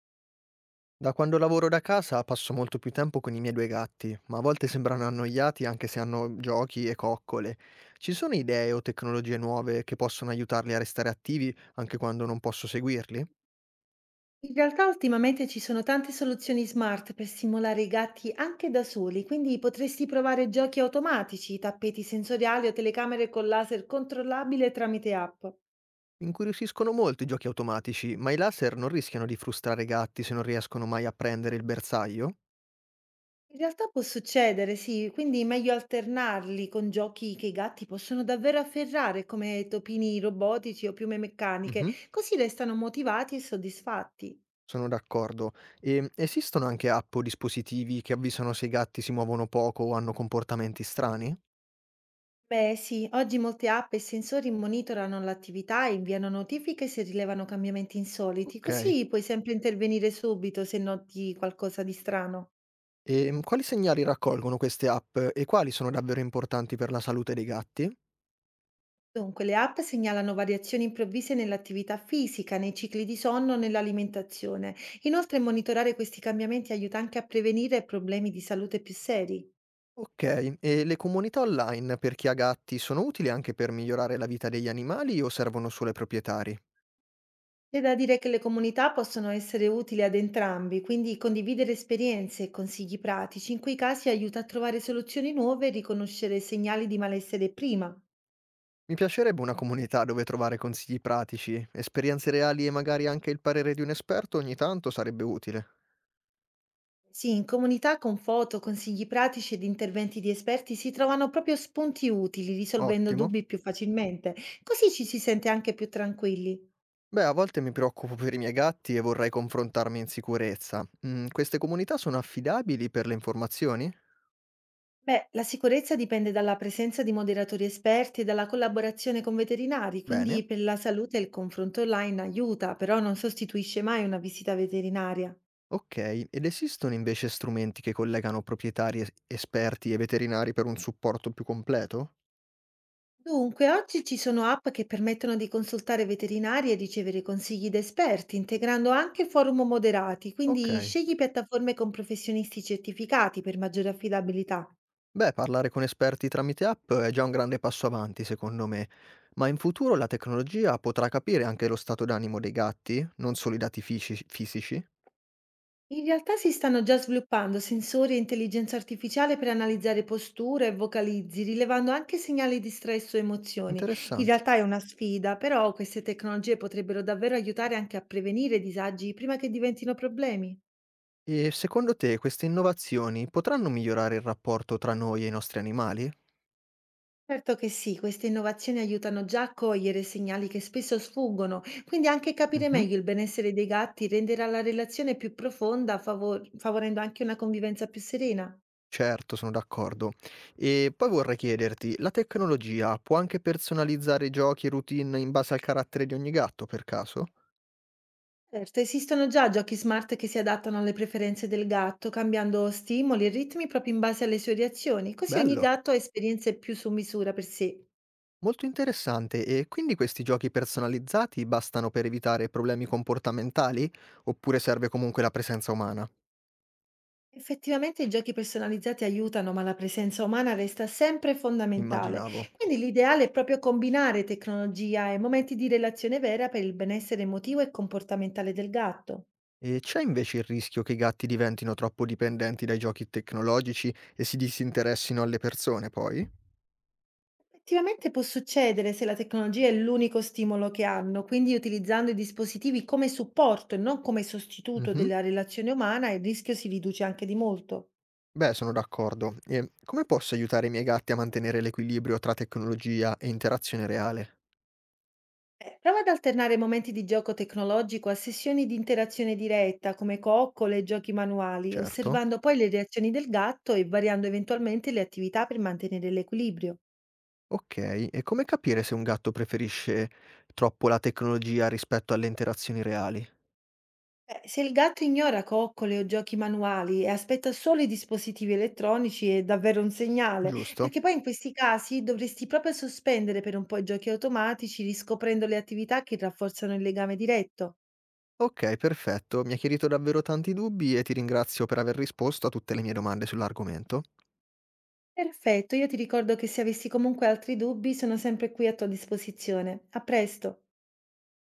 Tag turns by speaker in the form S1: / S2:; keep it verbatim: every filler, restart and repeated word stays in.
S1: Da quando lavoro da casa passo molto più tempo con i miei due gatti, ma a volte sembrano annoiati anche se hanno giochi e coccole. Ci sono idee o tecnologie nuove che possono aiutarli a restare attivi anche quando non posso seguirli? Mi
S2: In realtà ultimamente ci sono tante soluzioni smart per stimolare i gatti anche da soli, quindi potresti provare giochi automatici, tappeti sensoriali o telecamere con laser controllabile tramite app.
S1: Incuriosiscono molto i giochi automatici, ma i laser non rischiano di frustrare i gatti se non riescono mai a prendere il bersaglio?
S2: In realtà può succedere, sì, quindi meglio alternarli con giochi che i gatti possono davvero afferrare, come topini robotici o piume meccaniche,
S1: Mhm,
S2: così restano motivati e soddisfatti.
S1: sono d'accordo. E esistono anche app o dispositivi che avvisano se i gatti si muovono poco o hanno comportamenti strani?
S2: Beh, sì, oggi molte app e sensori monitorano l'attività e inviano notifiche se rilevano cambiamenti insoliti,
S1: Ok.
S2: così puoi sempre intervenire subito se noti qualcosa di strano.
S1: Ehm, quali segnali raccolgono queste app e quali sono davvero importanti per la salute dei gatti?
S2: Dunque, le app segnalano variazioni improvvise nell'attività fisica, nei cicli di sonno, nell'alimentazione. Inoltre, monitorare questi cambiamenti aiuta anche a prevenire problemi di salute più seri.
S1: Okay, e le comunità online per chi ha gatti sono utili anche per migliorare la vita degli animali o servono solo ai proprietari?
S2: C'è da dire che le comunità possono essere utili ad entrambi, quindi condividere esperienze e consigli pratici in quei casi aiuta a trovare soluzioni nuove e riconoscere segnali di malessere prima.
S1: Mi piacerebbe una comunità dove trovare consigli pratici, esperienze reali e magari anche il parere di un esperto ogni tanto sarebbe utile.
S2: Sì, in comunità con foto, consigli pratici ed interventi di esperti si trovano proprio spunti utili, risolvendo
S1: Ottimo.
S2: dubbi più facilmente, così ci si sente anche più tranquilli.
S1: Beh, a volte mi preoccupo per i miei gatti e vorrei confrontarmi in sicurezza. Mm, queste comunità sono affidabili per le informazioni?
S2: Beh, la sicurezza dipende dalla presenza di moderatori esperti e dalla collaborazione con veterinari,
S1: Bene.
S2: quindi per la salute il confronto online aiuta, però non sostituisce mai una visita veterinaria.
S1: Okay, ed esistono invece strumenti che collegano proprietari, es esperti e veterinari per un supporto più completo?
S2: Dunque, oggi ci sono app che permettono di consultare veterinari e ricevere consigli da esperti, integrando anche forum moderati, quindi
S1: Okay.
S2: scegli piattaforme con professionisti certificati per maggiore affidabilità.
S1: Beh, parlare con esperti tramite app è già un grande passo avanti secondo me, ma in futuro la tecnologia potrà capire anche lo stato d'animo dei gatti, non solo i dati fisci fisici?
S2: In realtà si stanno già sviluppando sensori e intelligenza artificiale per analizzare posture e vocalizzi, rilevando anche segnali di stress o emozioni. In
S1: Interessante.
S2: realtà è una sfida, però queste tecnologie potrebbero davvero aiutare anche a prevenire disagi prima che diventino problemi.
S1: E secondo te queste innovazioni potranno migliorare il rapporto tra noi e i nostri animali?
S2: Certo che sì, queste innovazioni aiutano già a cogliere segnali che spesso sfuggono, quindi anche capire
S1: Mh-mh.
S2: meglio il benessere dei gatti renderà la relazione più profonda, favor- favorendo anche una convivenza più serena.
S1: Certo, sono d'accordo. E poi vorrei chiederti, la tecnologia può anche personalizzare i giochi e routine in base al carattere di ogni gatto, per caso?
S2: Certo, esistono già giochi smart che si adattano alle preferenze del gatto, cambiando stimoli e ritmi proprio in base alle sue reazioni, così ogni
S1: Bello,
S2: gatto ha esperienze più su misura per sé.
S1: molto interessante. E quindi questi giochi personalizzati bastano per evitare problemi comportamentali? Oppure serve comunque la presenza umana?
S2: Effettivamente i giochi personalizzati aiutano, ma la presenza umana resta sempre fondamentale.
S1: Immaginavo.
S2: Quindi l'ideale è proprio combinare tecnologia e momenti di relazione vera per il benessere emotivo e comportamentale del gatto.
S1: E c'è invece il rischio che i gatti diventino troppo dipendenti dai giochi tecnologici e si disinteressino alle persone, poi?
S2: Effettivamente può succedere se la tecnologia è l'unico stimolo che hanno, quindi utilizzando i dispositivi come supporto e non come sostituto
S1: Mhm.
S2: della relazione umana, il rischio si riduce anche di molto.
S1: Beh, sono d'accordo. E come posso aiutare i miei gatti a mantenere l'equilibrio tra tecnologia e interazione reale?
S2: Eh, Prova ad alternare momenti di gioco tecnologico a sessioni di interazione diretta, come coccole e giochi manuali,
S1: Certo.
S2: osservando poi le reazioni del gatto e variando eventualmente le attività per mantenere l'equilibrio.
S1: Ok, e come capire se un gatto preferisce troppo la tecnologia rispetto alle interazioni reali?
S2: Beh, se il gatto ignora coccole o giochi manuali e aspetta solo i dispositivi elettronici è davvero un segnale,
S1: Giusto.
S2: perché poi in questi casi dovresti proprio sospendere per un po' i giochi automatici, riscoprendo le attività che rafforzano il legame diretto.
S1: Ok, perfetto. Mi ha chiarito davvero tanti dubbi e ti ringrazio per aver risposto a tutte le mie domande sull'argomento.
S2: Perfetto, io ti ricordo che se avessi comunque altri dubbi sono sempre qui a tua disposizione. A presto.